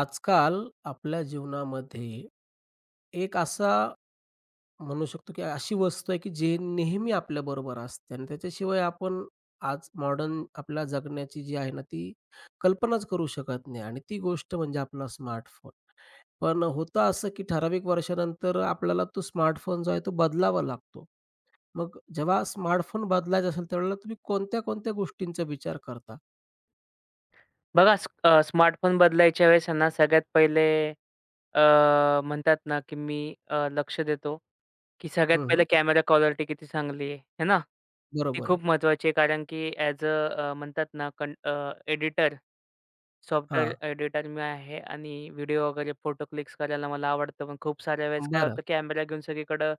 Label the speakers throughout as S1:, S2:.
S1: आजकाल आपल्या जीवनामध्ये एक असा म्हणू शकतो की अशी वस्तू आहे की जे नेहमी आपल्याबरोबर असते आणि त्याच्याशिवाय आपण आज मॉडर्न आपल्या जगण्याची जी आहे ना ती कल्पनाच करू शकत नाही आणि ती गोष्ट म्हणजे आपला स्मार्टफोन. पण होतं असं की ठराविक वर्षानंतर आपल्याला तो स्मार्टफोन जो आहे तो बदलावा लागतो. मग जेव्हा स्मार्टफोन बदलायचा असेल त्यावेळेला तुम्ही कोणत्या-कोणत्या गोष्टींचा विचार करता?
S2: बघा स्मार्टफोन बदलायच्या वेळेस आहे ना, सगळ्यात पहिले अ, म्हणतात ना, की मी लक्ष देतो, की सगळ्यात
S1: हं,
S2: पहिले
S1: हं.
S2: कॅमेरा क्वालिटी किती चांगली आहे, आहे ना? ती
S1: बरोबर आहे.
S2: खूप महत्त्वाची आहे कारण की ॲज अ म्हणतात ना, एडिटर, सॉफ्टवेअर
S1: हां,
S2: एडिटर मी आहे आणि व्हिडिओ वगैरे फोटो क्लिक्स करायला मला आवडतं. पण खूप साऱ्या वेळेस काय
S1: बरं.
S2: होतं कॅमेरा घेऊन सगळीकडं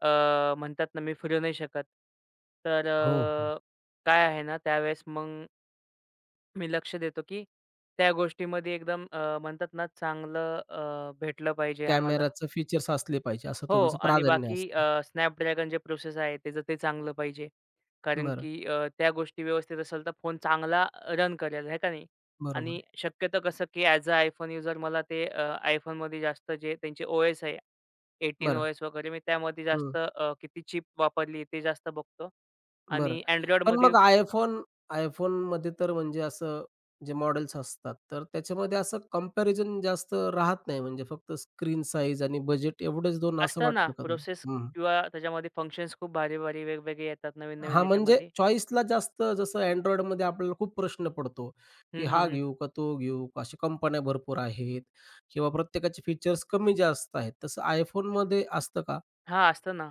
S2: अ, म्हणतात ना, मी फिरू नाही शकत. तर
S1: हो. हो.
S2: काय आहे ना, त्यावेळेस मग मी लक्ष देतो, की त्या गोष्टीमध्ये एकदम म्हणतात ना चांगलं भेटलं पाहिजे आम्हाला.
S1: कॅमेराचे फीचर्स असले पाहिजे, असं
S2: हो,
S1: तुमचं
S2: आणि
S1: प्राधान्य
S2: बाकी
S1: असतं.
S2: Snapdragon जे प्रोसेस आहे त्याचं ते चांगलं पाहिजे. कारण
S1: बरं,
S2: की त्या गोष्टी व्यवस्थित असेल तर फोन चांगला रन करेल, आहे का नाही?
S1: बरोबर
S2: आणि
S1: आहे.
S2: शक्यतो कसं, की ॲज अ iPhone यूजर मला ते iPhoneमध्ये जास्त जे त्यांचे ओ-एस आहे, 18
S1: बरं.
S2: ओ-एस वगैरे मी त्यामध्ये
S1: हं,
S2: जास्त किती चिप वापरली ते जास्त बघतो
S1: बरं.
S2: आणि
S1: पण
S2: Androidमध्ये
S1: मग iPhone iPhoneमध्ये तर म्हणजे असं जे मॉडेल्स असतात, तर त्याच्यामध्ये असं कंपॅरिझन जास्त राहत नाही. म्हणजे फक्त स्क्रीन साइज आणि बजेट एवढेच 2 असं
S2: असतं ना
S1: वाटतं का
S2: प्रोसेस
S1: तुम्हाला? हं.
S2: किंवा त्याच्यामध्ये फंक्शन्स खूप भारी-भारी वेगवेगळे येतात नवीन-नवीन
S1: हां, म्हणजे
S2: याच्यामध्ये.
S1: चॉईसला जास्त जसं Androidमध्ये आपल्याला खूप प्रश्न पडतो,
S2: हं,
S1: की हा
S2: हं, हं.
S1: घेऊ का तो घेऊ का? अशा कंपन्या भरपूर आहेत किंवा प्रत्येकाचे फीचर्स कमी जास्त आहेत. तसं iPhoneमध्ये असतं का?
S2: हां, असतं ना.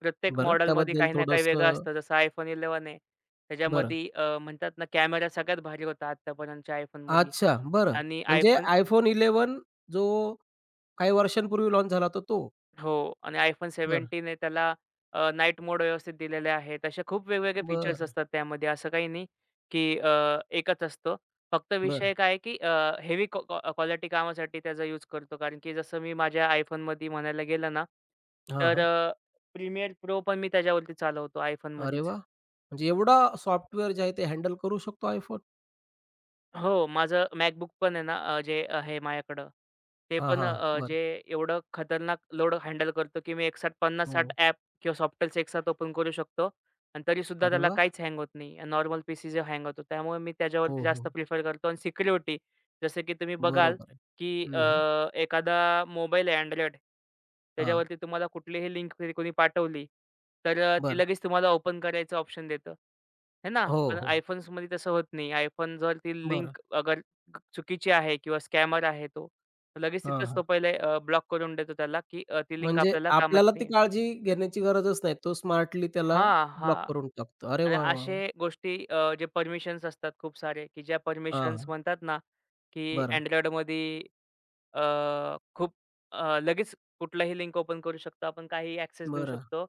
S2: प्रत्येक
S1: बरं,
S2: मॉडेलमध्ये
S1: त्याबद्दल
S2: काही ना काही वेगळं
S1: थोडंसं
S2: असतं. जसं iPhone 11 आहे.
S1: बरं.
S2: त्याच्यामध्ये म्हणतात ना कॅमेरा सगळ्यात भारी होता आत्तापर्यंतच्या iPhoneमध्ये
S1: अच्छा, बरं.
S2: आणि
S1: म्हणजे
S2: iPhone
S1: iPhone 11 जो काही वर्षांपूर्वी लॉन्च झाला होता तो?
S2: हो. आणि iPhone 17
S1: बरं,
S2: आहे त्याला नाईट मोड व्यवस्थित दिलेले आहेत. असे खूप वेगवेगळे फीचर्स
S1: बरं,
S2: असतात त्यामध्ये. असं काही नाही, की एकच असतो. फक्त विषय
S1: बरं.
S2: काय आहे, की हेवी क्वा क्वा क्वालिटी कामासाठी त्याचा यूज करतो. कारण की जसं मी माझ्या iPhoneमध्ये म्हणायला गेलं ना,
S1: हां,
S2: तर
S1: हां.
S2: प्रीमियर प्रो पण मी त्याच्यावरती चालवतो
S1: अरे
S2: iPhoneमध्येच.
S1: वाह! म्हणजे एवढा सॉफ्टवेअर जे आहे ते हँडल करू शकतो iPhone?
S2: हो, माझं MacBook पण आहे ना, जे आहे माझ्याकडं. ते
S1: हां,
S2: पण
S1: हां. बरं.
S2: जे एवढं खतरनाक लोड हँडल करतो, की मी एकसाथ 50-60
S1: हो.
S2: ॲप किंवा सॉफ्टवेअर्स एकसाथ ओपन करू शकतो आणि तरीसुद्धा
S1: अरे
S2: त्याला
S1: वाह!
S2: काहीच हँग होत नाही. नॉर्मल पीसी जो हँग होतो. त्यामुळे मी त्याच्यावरती
S1: हो,
S2: जास्त
S1: हो.
S2: प्रिफर करतो आणि सिक्युरिटी जसं की तुम्ही बघाल,
S1: बरोबर आहे.
S2: की
S1: हं, हं.
S2: एखादा मोबाईल आहे Android
S1: हां,
S2: त्याच्यावरती तुम्हाला कुठलीही लिंक कधी कोणी पाठवली, तर ती
S1: बरं.
S2: लगेच तुम्हाला ओपन करायचं ऑप्शन देतं. है ना?
S1: हो,
S2: पण
S1: हो.
S2: iPhonesमध्ये तसं होत नाही. iPhone जर ती
S1: बरं.
S2: लिंक अगर चुकीची आहे किंवा स्कॅमर आहे तो, तर लगेच
S1: हां,
S2: तिथंच तो
S1: हां.
S2: पहिले ब्लॉक करून देतो त्याला, की ती लिंक
S1: म्हणजे
S2: आपल्याला कामाची
S1: आपल्याला ती
S2: नाही आहे.
S1: काळजी घेण्याची गरजच नाही. तो स्मार्टली त्याला ब्लॉक
S2: हां,
S1: करून टाकतो. अरे
S2: आणि
S1: वाह, वाह, वाह!
S2: असे गोष्टी जे परमिशन्स असतात खूप सारे, की ज्या
S1: हां,
S2: परमिशन्स
S1: हां.
S2: म्हणतात ना, की
S1: बरं,
S2: Androidमध्ये खूप लगेच कुठलाही लिंक ओपन करू शकतो आपण, काहीही ॲक्सेस देऊ
S1: बरं.
S2: शकतो.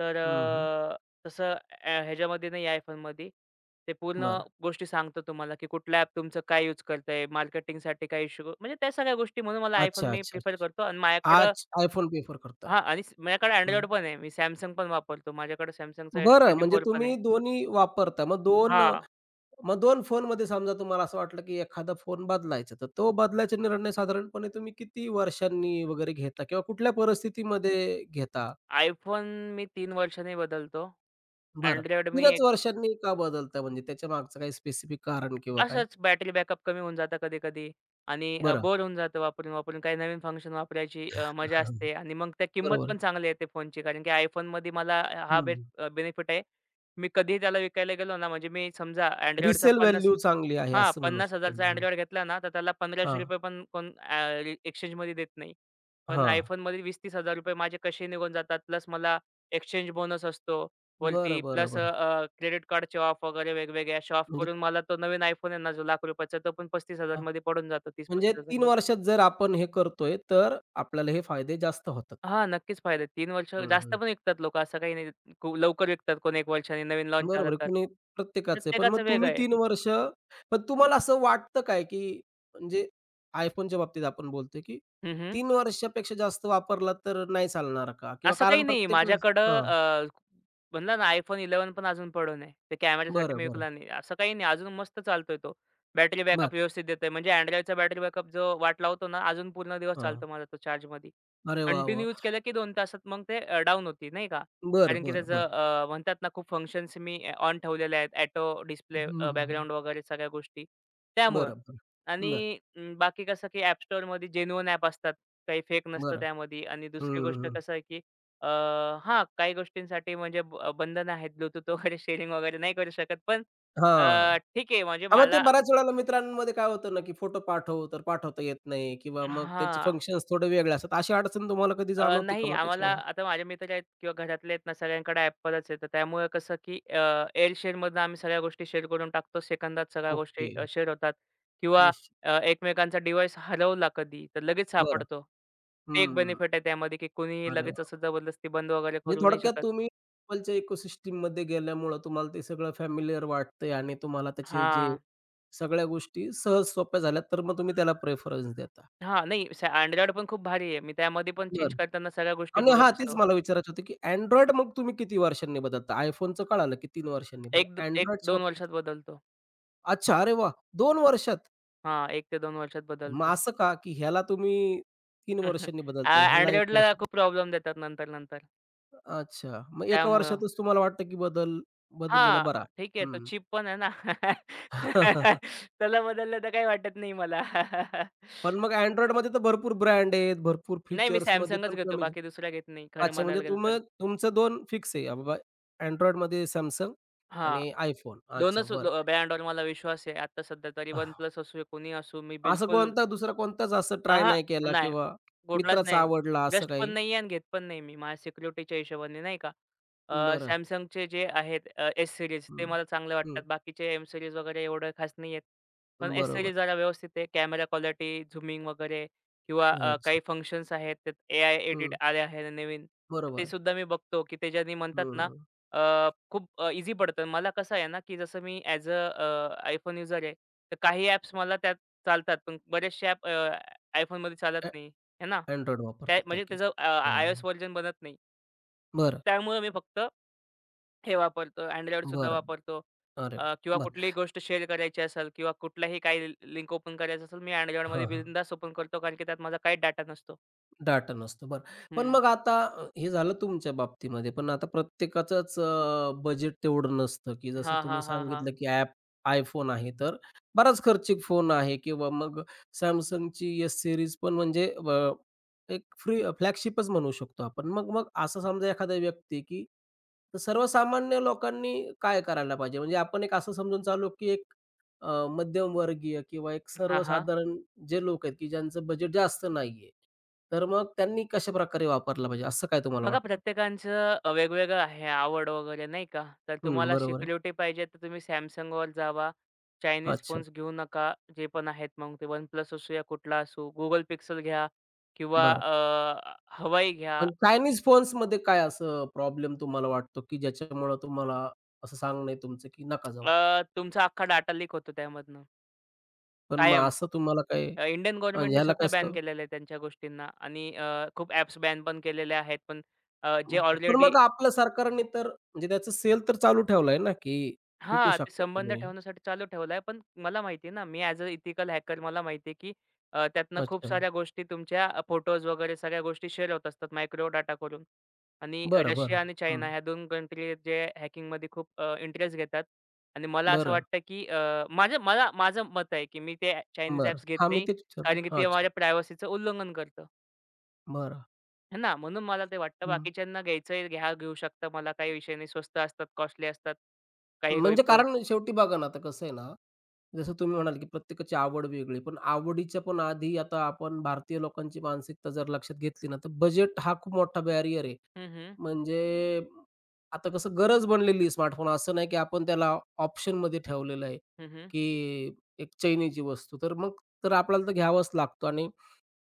S2: तर
S1: हं, हं.
S2: तसं ह्याच्यामध्ये नाही आहे iPhoneमध्ये. ते पूर्ण
S1: बरं.
S2: गोष्टी सांगतं तुम्हाला, की कुठला ॲप तुमचं काय यूज करतंय, मार्केटिंगसाठी काय इश्यू म्हणजे त्या सगळ्या गोष्टी. म्हणून मला iPhone
S1: अच्छा,
S2: मी
S1: अच्छा,
S2: प्रिफर
S1: अच्छा.
S2: करतो आणि माझ्याकडं
S1: आज iPhone प्रिफर करता.
S2: हां, आणि माझ्याकडे
S1: हं.
S2: Android पण आहे. मी Samsung पण वापरतो. माझ्याकडे Samsungचा
S1: बरं म्हणजे
S2: S24 पण आहे.
S1: तुम्ही दोन्ही वापरता. मग 2
S2: हां.
S1: मग 2 फोनमध्ये समजा तुम्हाला असं वाटलं, की एखादा फोन बदलायचा, तर तो बदलायचा निर्णय साधारणपणे तुम्ही किती वर्षांनी वगैरे घेता किंवा कुठल्या परिस्थितीमध्ये घेता?
S2: iPhone मी 3 वर्षांनी बदलतो.
S1: बरं.
S2: Android मी
S1: 3च वर्षांनी का बदलता म्हणजे त्याच्या मागचं काही स्पेसिफिक कारण किंवा काय?
S2: असंच बॅटरी बॅकअप कमी होऊन जातं कधी-कधी आणि
S1: बरं.
S2: बोर होऊन जातं वापरून-वापरून. काही नवीन फंक्शन वापरायची
S1: हां,
S2: मजा
S1: हां,
S2: असते आणि मग त्या किंमत
S1: बरोबर आहे.
S2: पण चांगली येते फोनची. कारण की iPhoneमध्ये मला हा बेनिफिट आहे. मी कधीही त्याला विकायला गेलो ना, म्हणजे मी समजा Androidचा
S1: रिसेल
S2: 50
S1: व्हॅल्यू चांगली आहे
S2: हां,
S1: असं म्हणू शकतो.
S2: 50,000चा
S1: हं.
S2: Android घेतला ना, तर त्याला ₹1500
S1: हां,
S2: पण कोण एक्सचेंजमध्ये देत नाही. पण
S1: हां.
S2: iPhoneमध्ये ₹20,000-30,000 माझे कसे निघून जातात. प्लस मला एक्सचेंज बोनस असतो वरती.
S1: बरं, बरं,
S2: प्लस अ,
S1: बरं.
S2: अ, क्रेडिट कार्डचे ऑफ वगैरे वेगवेगळे असे ऑफ
S1: म्हणजे
S2: करून मला तो नवीन iPhone आहे ना, जो लाख रुपयाचा, तो पण 35,000 मध्ये पडून जातो,
S1: म्हणजे
S2: 30-35,000
S1: 3
S2: मध्ये.
S1: वर्षात जर आपण हे करतोय, तर आपल्याला हे फायदे जास्त होतात.
S2: हां, नक्कीच फायदा आहे. 3 वर्ष
S1: हं,
S2: जास्त
S1: हं.
S2: पण विकतात लोकं, असं काही नाही. खूप लवकर विकतात कोण 1 वर्षाने नवीन लॉन्च झाला
S1: बरोबर आहे.
S2: तर.
S1: कुणी प्रत्येकाचे. पण मग
S2: प्रत्येकाचं वेगळं
S1: तुम्ही
S2: आहे.
S1: 3 वर्ष पण तुम्हाला असं वाटतं काय, की म्हणजे iPhoneच्या बाबतीत आपण बोलतोय, की
S2: हं, हं.
S1: 3 वर्षापेक्षा जास्त वापरला तर नाही चालणार का? किंवा
S2: असं काही
S1: कारण
S2: नाही
S1: प्रत्येक
S2: माझ्याकडं
S1: हां.
S2: म्हणला ना iPhone 11 पण अजून पडून आहे. ते कॅमेरासाठी
S1: बरं,
S2: मी
S1: बरं.
S2: विकला नाही. असं काही नाही अजून मस्त चालतोय तो. बॅटरी बॅकअप
S1: बरं.
S2: व्यवस्थित देतोय. म्हणजे Androidचा बॅटरी बॅकअप जो वाट लावतो ना, अजून पूर्ण दिवस
S1: हां.
S2: चालतो माझा तो चार्जमध्ये.
S1: अरे वाह,
S2: कंटिन्यू यूज
S1: वाह!
S2: केलं की 2 तासात मग ते होती नाही का.
S1: बरं,
S2: कारण की
S1: बरं,
S2: त्याचं
S1: बरं.
S2: म्हणतात ना खूप फंक्शन्स मी ऑन ठेवलेले आहेत. ऑटो डिस्प्ले
S1: हं,
S2: बॅकग्राऊंड वगैरे सगळ्या गोष्टी त्यामुळं.
S1: बरं, बरं. बरं,
S2: आणि बाकी कसं की App Storeमध्ये जेन्युइन ॲप असतात. काही फेक नसतं
S1: बरं.
S2: त्यामध्ये आणि
S1: हं,
S2: दुसरी गोष्ट
S1: हं.
S2: कसं आहे अ, हां, काही गोष्टींसाठी म्हणजे बंधनं आहेत. ब्लूटूथ वगैरे शेअरिंग वगैरे नाही करू शकत. पण ठीक आहे म्हणजे
S1: हां, मग ते
S2: मला
S1: बऱ्याच वेळेला मित्रांमध्ये काय होतं ना, की फोटो पाठव, तर पाठवता येत नाही किंवा मग त्याचे
S2: हां.
S1: फंक्शन्स थोडे वेगळे असतात. अशी अडचण तुम्हाला कधी जाणवते का
S2: नाही,
S1: मग
S2: आम्हाला
S1: त्याच्यामध्ये?
S2: आता माझे मित्र आहेत किंवा घरातले आहेत ना सगळ्यांकडे Appleच आहे. तर त्यामुळे कसं की AirShareमधनं आम्ही सगळ्या गोष्टी शेअर करून टाकतो. सेकंदात सगळ्या गोष्टी
S1: ओके.
S2: शेअर होतात किंवा
S1: निश्चित.
S2: एकमेकांचा डिव्हाइस हरवला कधी तर लगेच
S1: बरं.
S2: सापडतो. ते एक
S1: हं.
S2: बेनिफिट आहे त्यामध्ये की कुणीही
S1: अरे
S2: लगेच
S1: वाह!
S2: असं जबरदस्ती बंद वगैरे
S1: म्हणजे
S2: करू नाही
S1: थोडक्यात
S2: शकत.
S1: तुम्ही Appleच्या इकोसिस्टममध्ये गेल्यामुळं तुम्हाला ते सगळं फॅमिलिअर वाटतंय आणि तुम्हाला त्याचे जे
S2: हां.
S1: सगळ्या गोष्टी सहज सोप्या झाल्या, तर मग तुम्ही त्याला प्रेफरन्स देता.
S2: हां, नाही Android पण खूप भारी आहे. मी त्यामध्ये पण चेंज
S1: बरं.
S2: करताना सगळ्या गोष्टी
S1: आणि हां,
S2: बघत
S1: तेच
S2: असतो.
S1: मला विचारायचं होतं, की Android मग तुम्ही किती वर्षांनी बदलता? iPhoneचं कळालं, की 3 वर्षांनी. मग
S2: एक द
S1: Androidच्या
S2: 1-2
S1: बाबतीत
S2: वर्षात बदलतो.
S1: अच्छा, अरे वा दोन वर्षात?
S2: हां, 1 ते 2 वर्षात
S1: मग
S2: बदलतो.
S1: असं का, की ह्याला तुम्ही 3 वर्षांनी बदलताय, ह्याला 1
S2: Androidला
S1: वर्ष
S2: खूप प्रॉब्लेम देतात नंतर-नंतर
S1: अच्छा. मग एका
S2: त्यामुळं.
S1: वर्षातच तुम्हाला वाटतं, की बदल बदललेला
S2: हां,
S1: बरा.
S2: ठीक आहे. तो
S1: हं.
S2: चीप पण आहे ना. त्याला बदललं तर काही वाटत नाही मला.
S1: पण मग Androidमध्ये तर भरपूर ब्रँड आहेत, भरपूर
S2: नाही मी
S1: फीचर्समध्ये
S2: Samsungच
S1: पण
S2: घेतो.
S1: कमी आहे.
S2: बाकी दुसरा घेत नाही खरं
S1: अच्छा, म्हणजे
S2: म्हणायला गेलं तर.
S1: तुम्ही तुमचं 2 फिक्स आहे, बाबा Androidमध्ये Samsung
S2: हां,
S1: आणि iPhone. अच्छा,
S2: 2च
S1: बरं.
S2: ब्रँडवर मला विश्वास आहे. आता सध्या तरी OnePlus असू, कोणी असू मी
S1: असं
S2: बिलकुल
S1: कोणता दुसरा कोणताच असं ट्राय
S2: अहा,
S1: नाही केला
S2: नाही.
S1: किंवा
S2: कुठलाच
S1: मित्राचा
S2: नाही.
S1: आवडला असं
S2: ट्रस्ट पण
S1: काही?
S2: नाही आहे आणि घेत पण नाही मी. माझ्या सिक्युरिटीच्या हिशोबाने नाही का. अ,
S1: बरं.
S2: Samsungचे जे आहेत एस सीरीज ते
S1: हं.
S2: मला चांगले
S1: हं.
S2: वाटतात. बाकीचे एम सीरीज वगैरे एवढे खास नाही आहेत. पण एस सीरीज
S1: बरोबर.
S2: जरा व्यवस्थित आहे. कॅमेरा क्वालिटी, झूमिंग वगैरे किंवा काही
S1: अच्छा.
S2: फंक्शन्स आहेत. त्यात एआय एडिट
S1: हं,
S2: आले आहे नवीन.
S1: बरोबर
S2: ते
S1: आहे.
S2: सुद्धा मी बघतो, की त्याच्यानी म्हणतात ना
S1: हं.
S2: अ, खूप पडतं. मला कसं आहे ना, की जसं मी ॲज अ अ, युजर आहे. तर काही ॲप्स मला त्यात चालतात. पण बरेचसे ॲप iPhoneमध्ये चालत
S1: अ
S2: नाही, आहे ना?
S1: Android
S2: त्या
S1: वापरतात त्या
S2: म्हणजे
S1: केस.
S2: त्याचं
S1: हं.
S2: आय एस व्हर्जन बनत नाही.
S1: बरं,
S2: त्यामुळे मी फक्त हे वापरतो. Androidसुद्धा
S1: बरं.
S2: वापरतो.
S1: अरे,
S2: किंवा
S1: बरं.
S2: कुठलीही गोष्ट शेअर करायची असेल किंवा कुठलाही काही लिंक ओपन करायचं असेल, मी Androidमध्ये
S1: हां,
S2: बिनधास्त ओपन करतो कारण की त्यात माझा काहीच डाटा नसतो.
S1: डाटा नसतो, बरं. पण
S2: हं.
S1: मग आता हे झालं तुमच्या बाबतीमध्ये, पण आता प्रत्येकाचंच बजेट तेवढं नसतं, की जसं
S2: हां, हां,
S1: तुम्ही
S2: हां, हां.
S1: सांगितलं, की ॲप iPhone आहे, तर बराच खर्चिक फोन आहे किंवा मग Samsungची एस सीरीज पण म्हणजे एक फ्री फ्लॅगशिपच म्हणू शकतो आपण. मग मग असं समजा एखादा व्यक्ती, की तर सर्वसामान्य लोकांनी काय करायला पाहिजे? म्हणजे आपण एक असं समजून चालू, की एक मध्यमवर्गीय किंवा एक
S2: हां, हां.
S1: सर्वसाधारण जे लोक आहेत, की ज्यांचं बजेट जास्त नाहीये. तर मग त्यांनी कशाप्रकारे वापरला पाहिजे, असं काय तुम्हाला
S2: बघा
S1: वाटतं?
S2: प्रत्येकाचं वेगवेगळं आहे आवड वगैरे नाही का? तर
S1: हं,
S2: तुम्हाला
S1: बरोबर आहे.
S2: सिक्युरिटी पाहिजे तर तुम्ही Samsungवर जावा. चायनीज
S1: अच्छा,
S2: फोन्स घेऊ नका. जे पण आहेत मग ते वन प्लस असू या कुठला असू. Google पिक्सल घ्या किंवा
S1: बरं.
S2: Huawei घ्या.
S1: पण चायनीज फोन्समध्ये काय असं प्रॉब्लेम तुम्हाला वाटतो, की ज्याच्यामुळं तुम्हाला असं सांगणं आहे तुमचं, की नका जाऊ?
S2: तुमचा अख्खा डाटा लीक होतो त्यामधनं
S1: पण मग
S2: कायम.
S1: असं तुम्हाला काय
S2: इंडियन
S1: म्हणजे
S2: गव्हर्नमेंटने
S1: ह्याला
S2: स्वतः बॅन
S1: कसं
S2: केलेलं आहे त्यांच्या गोष्टींना आणि खूप ॲप्स बॅन पण केलेले आहेत. पण जे
S1: पण
S2: ऑलरेडी
S1: मग आपल्या सरकारने तर म्हणजे त्याचं सेल तर चालू ठेवलाय ना, की विकू
S2: हां, ते
S1: शकता
S2: संबंध
S1: तुम्ही.
S2: ठेवण्यासाठी चालू ठेवलाय. पण मला माहिती आहे ना, मी ॲज अ इथिकल हॅकर मला माहिती आहे, की त्यातनं खूप
S1: अच्छा.
S2: साऱ्या गोष्टी तुमच्या फोटोज वगैरे सगळ्या गोष्टी शेअर होत असतात मायक्रो डाटा करून. आणि
S1: बरं,
S2: रशिया
S1: बरं.
S2: आणि
S1: हं.
S2: चायना ह्या 2 कंट्री जे हॅकिंगमध्ये खूप इंटरेस्ट घेतात. आणि मला असं
S1: बरं,
S2: वाटतं, की अ, माझं मला माझं मत आहे, की मी ते चायनीज
S1: बरं.
S2: ॲप्स घेत
S1: हां, मी
S2: नाही.
S1: तेच विचारलं.
S2: कारण की
S1: हा,
S2: ते
S1: अच्छा,
S2: माझ्या प्रायव्हसीचं उल्लंघन करतं.
S1: बरं.
S2: है ना? म्हणून मला ते वाटतं
S1: हं.
S2: बाकीच्यांना घ्यायचंय घ्या, घेऊ शकता. मला काही विषय नाही. स्वस्त असतात, कॉस्टली असतात काही काही
S1: म्हणजे
S2: फोन.
S1: कारण शेवटी बघा ना, आता कसं आहे ना, जसं तुम्ही म्हणाल, की प्रत्येकाची आवड वेगळी. पण आवडीच्या पण आधी आता आपण भारतीय लोकांची मानसिकता जर लक्षात घेतली ना, तर बजेट हा खूप मोठा बॅरियर आहे. म्हणजे आता कसं गरज बनलेली स्मार्टफोन. असं नाही, की आपण त्याला ऑप्शनमध्ये ठेवलेलं आहे,
S2: हं,
S1: की एक चैनीची वस्तू. तर मग तर आपल्याला तर घ्यावाच लागतो आणि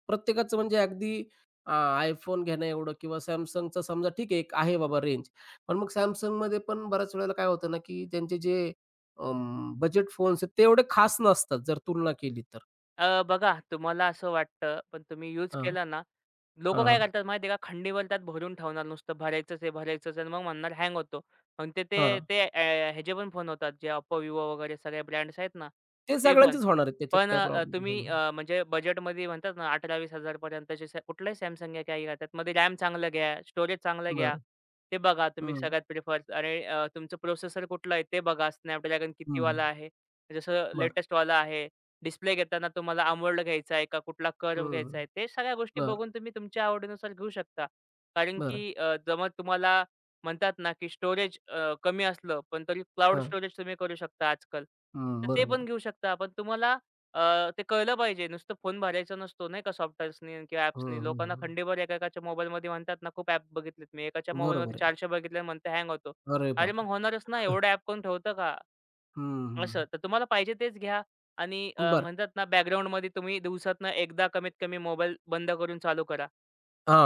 S1: प्रत्येकाचं म्हणजे अगदी अ, iPhone घेणं एवढं किंवा Samsungचं समजा ठीक आहे, एक आहे बाबा रेंज. पण मग Samsungमध्ये पण बऱ्याच वेळेला काय होतं ना, की त्यांचे जे बजेट फोन्स आहेत ते एवढे खास नसतात जर तुलना केली तर.
S2: बघा तुम्हाला असं वाटतं, पण तुम्ही यूज
S1: हां,
S2: केला ना, लोकं
S1: हां,
S2: काय
S1: हां,
S2: करतात माहिती आहे का, खंडीभर त्यात भरून ठेवणार नुसतं भरायचंच आहे, भरायचंच आहे आणि मग म्हणणार हँग होतो. मग ते ते
S1: हां.
S2: ते अ, ह्याचे पण फोन होतात जे Oppo, Vivo वगैरे सगळे ब्रँड्स आहेत ना,
S1: ते
S2: ते पण.
S1: सगळ्यांचेच होणार आहेत त्याच्यात
S2: पण
S1: काही प्रॉब्लेम
S2: तुम्ही
S1: हं,
S2: म्हणजे बजेटमध्ये म्हणतात ना 18,000-20,000 पर्यंतचे स कुठलाही Samsung घ्या, काही घ्या, त्यातमध्ये रॅम चांगलं घ्या, स्टोरेज चांगलं घ्या.
S1: बरं.
S2: ते बघा तुम्ही
S1: हं,
S2: सगळ्यात प्रिफर आणि तुमचं प्रोसेसर कुठलं आहे ते बघा. Snapdragon
S1: हं.
S2: कितीवाला आहे, जसं
S1: बरं.
S2: लेटेस्टवाला आहे. डिस्प्ले घेताना तुम्हाला AMOLED घ्यायचा आहे का? कुठला कर्व्ह
S1: हं.
S2: घ्यायचा आहे? ते सगळ्या गोष्टी
S1: बरं,
S2: बघून तुम्ही तुमच्या आवडीनुसार घेऊ शकता. कारण
S1: बरं.
S2: की जमत तुम्हाला म्हणतात ना, की स्टोरेज कमी असलं, पण तरी क्लाउड
S1: हां.
S2: स्टोरेज तुम्ही करू शकता आजकाल. तर ते
S1: बरोबर
S2: पण
S1: आहे.
S2: घेऊ शकता. पण तुम्हाला अ, ते कळलं पाहिजे. नुसतं फोन भरायचा नसतो नाही का सॉफ्टवेअर्सनी किंवा
S1: हं,
S2: ॲप्सनी.
S1: हं,
S2: लोकांना
S1: हं.
S2: खंडीभर एकाच्या मोबाईलमध्ये म्हणतात ना, खूप ॲप बघितलेत मी. एकाच्या मोबाईलमध्ये
S1: बरोबर आहे.
S2: 400 बघितले म्हणते हँग होतो.
S1: अरे
S2: अरे, मग
S1: बापरे!
S2: होणारच ना. एवढं ॲप कोण ठेवतं का?
S1: हं, हं,
S2: असं.
S1: हं.
S2: तर तुम्हाला पाहिजे तेच घ्या आणि
S1: बरं.
S2: म्हणतात ना बॅकग्राऊंडमध्ये तुम्ही दिवसातनं एकदा कमीत कमी मोबाईल बंद करून चालू करा.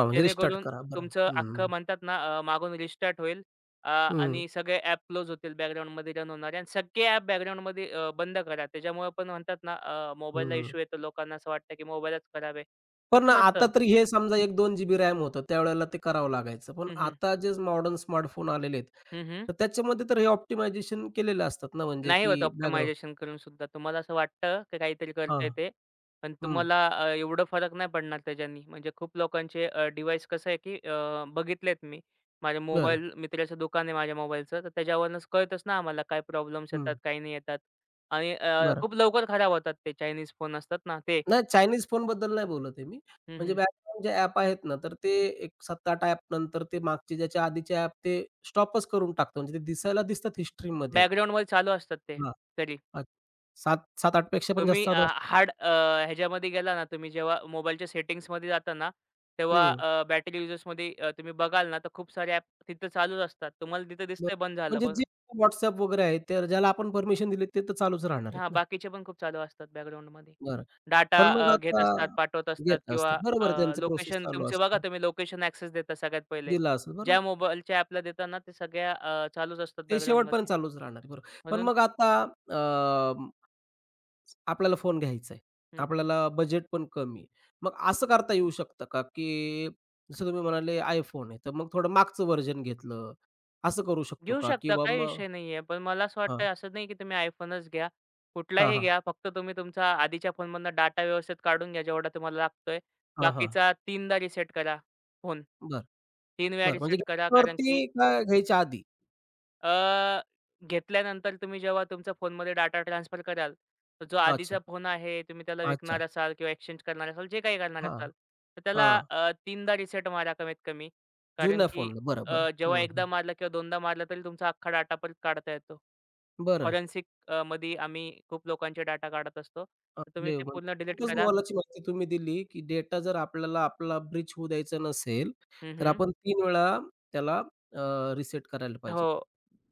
S1: म्हणजे रिस्टार्ट
S2: जेणेकरून
S1: करा. बरं.
S2: तुमचं
S1: हं,
S2: अख्खं
S1: हं.
S2: म्हणतात ना मागून रिस्टार्ट होईल अ, आणि सगळे ॲप क्लोज होतील बॅकग्राऊंडमध्ये रन होणारे आणि सगळे ॲप बॅकग्राऊंडमध्ये बंद करा. त्याच्यामुळे पण म्हणतात ना मोबाईलला
S1: हं,
S2: इश्यू येतो. लोकांना असं वाटतं की मोबाईलच खराब
S1: पण
S2: तसं नसतं.
S1: आता तरी हे समजा एक दोन 2 जीबी रॅम होतं, त्यावेळेला ते करावं लागायचं. पण
S2: हं, हं.
S1: आता जे मॉडर्न स्मार्टफोन आलेले आहेत,
S2: हं, हं.
S1: तर त्याच्यामध्ये तर हे ऑप्टिमायझेशन केलेलं असतात ना, म्हणजे
S2: नाही
S1: की
S2: होत
S1: बॅकग्राऊंड
S2: ऑप्टिमायझेशन करून सुद्धा. तुम्हाला असं वाटतं की काहीतरी करता
S1: हां.
S2: येते, पण
S1: हं.
S2: तुम्हाला एवढं फरक नाही पडणार त्याच्यानी. म्हणजे खूप लोकांचे डिव्हाइस कसं आहे की बघितलेत मी. माझ्या
S1: बरं.
S2: मोबाईल मित्राचं दुकान आहे माझ्या मोबाईलचं, तर त्याच्यावरूनच कळतच ना आम्हाला काय प्रॉब्लेम्स येतात,
S1: हं.
S2: काही नाही येतात. आणि
S1: बरं.
S2: खूप लवकर खराब होतात ते चायनीज फोन असतात ना ते.
S1: नाही चायनीज फोनबद्दल नाही बोलत आहे मी.
S2: हं,
S1: म्हणजे
S2: हं.
S1: बॅकग्राऊंड जे ॲप आहेत ना, तर ते एक 7-8 ॲप नंतर ते मागचे ज्याच्या आधीचे ॲप ते स्टॉपच करून टाकतो. म्हणजे ते दिसायला दिसतात हिस्ट्रीमध्ये.
S2: बॅकग्राऊंडवर चालू असतात ते
S1: हां.
S2: तरी.
S1: अच्छा. 7 7-8 पेक्षा पण जास्त
S2: तुम्ही
S1: चालू असतात.
S2: हार्ड ह्याच्यामध्ये गेला ना, तुम्ही जेव्हा मोबाईलच्या सेटिंग्समध्ये जाता ना,
S1: हं.
S2: तेव्हा बॅटरी युजेसमध्ये तुम्ही बघाल ना, तर खूप सारे ॲप तिथं चालूच असतात. तुम्हाला तिथं
S1: बरं.
S2: दिसतंय बंद झालं
S1: म्हणजे
S2: पण
S1: जे WhatsApp वगैरे आहे, तर ज्याला आपण परमिशन दिली ते तर चालूच राहणार
S2: हां,
S1: आहेत ना.
S2: बाकीचे पण खूप चालू असतात बॅकग्राऊंडमध्ये.
S1: बरं. पण मग
S2: डाटा घेत
S1: आता
S2: असतात, पाठवत असतात
S1: घेत असतात.
S2: किंवा
S1: बरोबर आहे त्यांचं प्रोसेस
S2: लोकेशन
S1: चालू
S2: तुमचे बघा
S1: असते.
S2: तुम्ही लोकेशन ॲक्सेस देता सगळ्यात पहिले.
S1: दिला असेल
S2: ज्या
S1: बरोबर.
S2: मोबाईलच्या ॲपला देता ते सगळ्या चालूच असतात
S1: ते शेवटपर्यंत
S2: बॅकग्राऊंडमध्ये.
S1: चालूच राहणार आहे. बरोबर. पण
S2: म्हणून
S1: मग आता अ, आपल्याला फोन घ्यायचा आहे.
S2: हं, हं.
S1: आपल्याला बजेट पण कमी आहे. मग असं करता येऊ शकतं का, की जसं तुम्ही म्हणाले iPhone आहे, तर मग थोडं मागचं व्हर्जन घेतलं. असं करू शकतो
S2: घेऊ
S1: का?
S2: शकता.
S1: किंवा
S2: काही
S1: मग
S2: विषय नाहीये. पण मला असं वाटतंय
S1: हां.
S2: असं नाही की तुम्ही iPhoneच घ्या.
S1: हां,
S2: कुठलाही
S1: हां.
S2: घ्या. फक्त तुम्ही तुमचा आधीच्या फोनमधनं डाटा व्यवस्थित काढून घ्या जेवढा तुम्हाला लागतोय.
S1: हां, हां.
S2: बाकीचा 3दा रिसेट करा फोन.
S1: बरं,
S2: 3 वेळा
S1: बरं. म्हणजे
S2: रिसेट करा कारण की
S1: घेतल्यावरती का घ्यायच्या आधी?
S2: अ, घेतल्यानंतर तुम्ही जेव्हा तुमच्या फोनमध्ये डाटा ट्रान्सफर कराल, तर जो आधीचा
S1: अच्छा.
S2: फोन आहे तुम्ही त्याला
S1: अच्छा.
S2: विकणार असाल किंवा एक्सचेंज करणार असाल, जे काही करणार
S1: हां,
S2: असाल, तर त्याला
S1: हां.
S2: 3दा रिसेट मारा कमीत कमी. कारण
S1: जुन्या
S2: की
S1: फोनला. बरं, बरं.
S2: जेव्हा
S1: हं,
S2: एकदा
S1: हं.
S2: मारला किंवा दोनदा मारला तरी तुमचा अख्खा डाटा परत काढता येतो.
S1: बरं.
S2: फॉरेन्सिक मध्ये आम्ही खूप लोकांचे डाटा काढत असतो. तर तुम्ही
S1: अरे
S2: ते
S1: वाह!
S2: पूर्ण डिलीट
S1: खूपच
S2: करा.
S1: मोलाची माहिती तुम्ही दिली, की डेटा जर आपल्याला आपला ब्रीच होऊ द्यायचा नसेल,
S2: हं,
S1: तर
S2: हं.
S1: आपण तीन वेळा त्याला रिसेट करायला पाहिजे.
S2: हो.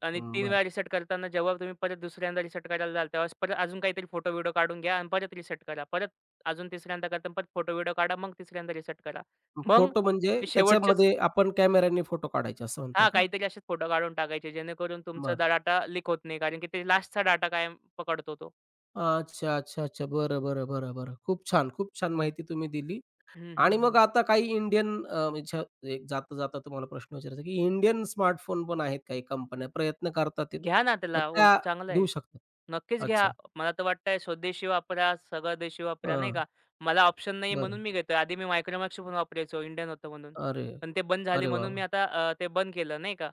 S2: आणि
S1: हं,
S2: 3
S1: बरं.
S2: वेळा रिसेट करताना जेव्हा तुम्ही परत दुसऱ्यांदा रिसेट करायला जाल, तेव्हा परत अजून काहीतरी फोटो व्हिडिओ काढून घ्या आणि परत रिसेट करा. परत अजून तिसऱ्यांदा करताना परत फोटो व्हिडिओ काढा, मग तिसऱ्यांदा रिसेट करा. मग
S1: फोटो म्हणजे
S2: ते शेवटचेच
S1: त्याच्यामध्ये आपण कॅमेऱ्याने फोटो काढायचे असं म्हणताय
S2: हां,
S1: का?
S2: काहीतरी असेच फोटो काढून टाकायचे, जेणेकरून तुमचा
S1: बरं.
S2: डाटा लीक होत नाही. कारण की ते लास्टचा डाटा कायम पकडतो तो.
S1: अच्छा, अच्छा, अच्छा. बरं, बरं, बरं, बरं. खूप छान, खूप छान माहिती तुम्ही दिली.
S2: हं, हं,
S1: आणि मग
S2: हं.
S1: आता काही इंडियन म्हणजे एक जाता-जाता तुम्हाला प्रश्न विचारायचा आहे, की इंडियन स्मार्टफोन पण आहेत काही कंपन्या प्रयत्न करतात आहेत.
S2: घ्या ना
S1: मग
S2: त्याला, उलटं
S1: त्या
S2: चांगलं
S1: घेऊ
S2: आहे.
S1: शकतात.
S2: नक्कीच घ्या.
S1: अच्छा.
S2: मला तर वाटतंय स्वदेशी वापरा, सगळं देशी वापरा, नाही
S1: हां.
S2: का. मला ऑप्शन नाही
S1: बरं.
S2: म्हणून मी घेतोय. आधी मी Micromax पण वापरायचो, इंडियन होतं म्हणून.
S1: अरे!
S2: पण ते बंद झाले
S1: अरे वाह!
S2: म्हणून मी
S1: वाह!
S2: आता ते बंद केलं, नाही का.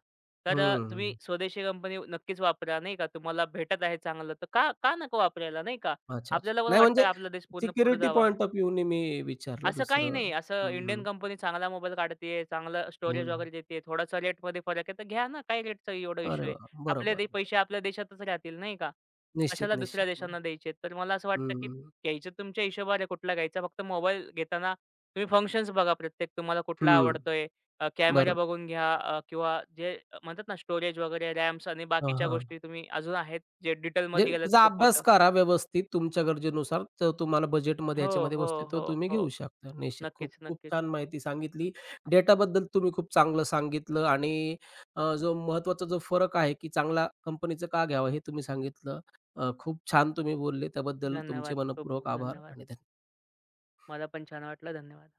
S2: तर
S1: हं.
S2: तुम्ही स्वदेशी कंपनी नक्कीच वापरा, नाही का. तुम्हाला भेटत आहे चांगलं, तर का का नको वापरायला, नाही का.
S1: अच्छा, अच्छा.
S2: आपल्याला पण
S1: नाही
S2: वाटतं
S1: म्हणजे
S2: आपला देश पूर्ण पुढे
S1: सिक्युरिटी
S2: जावा.
S1: पॉइंट ऑफ व्ह्यूने मी विचारलं
S2: असं काही नाही.
S1: दुसरं.
S2: असं
S1: हं,
S2: इंडियन
S1: हं,
S2: कंपनी चांगला मोबाईल काढतीये, चांगलं स्टोरेज
S1: हं.
S2: वगैरे देते. थोडासा रेटमध्ये फरक आहे, तर घ्या ना. काय रेटचा एवढा
S1: अरे
S2: इश्यू आहे?
S1: वाह! बरोबर,
S2: आपले
S1: बरोबर.
S2: पैसे आपल्या देशातच राहतील, नाही का?
S1: निश्चित,
S2: कशाला दुसऱ्या
S1: निश्चित. बरं.
S2: देशांना द्यायचे? तर मला असं वाटतं, की
S1: हं,
S2: घ्यायचं तुमच्या हिशोबाने कुठला घ्यायचा. फक्त मोबाईल घेताना तुम्ही फंक्शन्स बघा प्रत्येक तुम्हाला कुठला
S1: हं.
S2: आवडतोय. कॅमेरा
S1: बरोबर.
S2: बघून घ्या किंवा जे म्हणतात ना स्टोरेज वगैरे, रॅम्स आणि
S1: हां,
S2: बाकीच्या
S1: हां.
S2: गोष्टी तुम्ही अजून आहेत, जे डिटेलमध्ये
S1: म्हणजे
S2: गेलं तर
S1: त्याचा
S2: खूप
S1: अभ्यास
S2: मोठं.
S1: करा व्यवस्थित तुमच्या गरजेनुसार. तर तुम्हाला बजेटमध्ये
S2: हो,
S1: ह्याच्यामध्ये
S2: हो,
S1: वस्तू तो
S2: हो,
S1: तुम्ही घेऊ
S2: हो.
S1: शकता निश्चित. खूप
S2: नक्कीच,
S1: खूप
S2: नक्कीच.
S1: छान माहिती सांगितली. डेटाबद्दल तुम्ही खूप चांगलं सांगितलं आणि जो महत्त्वाचा जो फरक आहे, की चांगला कंपनीचं का घ्यावं हे तुम्ही सांगितलं. खूप छान तुम्ही बोलले. त्याबद्दल तुमचे
S2: धन्यवाद. खूप खूप
S1: मनःपूर्वक आभार
S2: धन्यवाद.
S1: आणि धन्यवाद.
S2: मला पण छान वाटलं. धन्यवाद.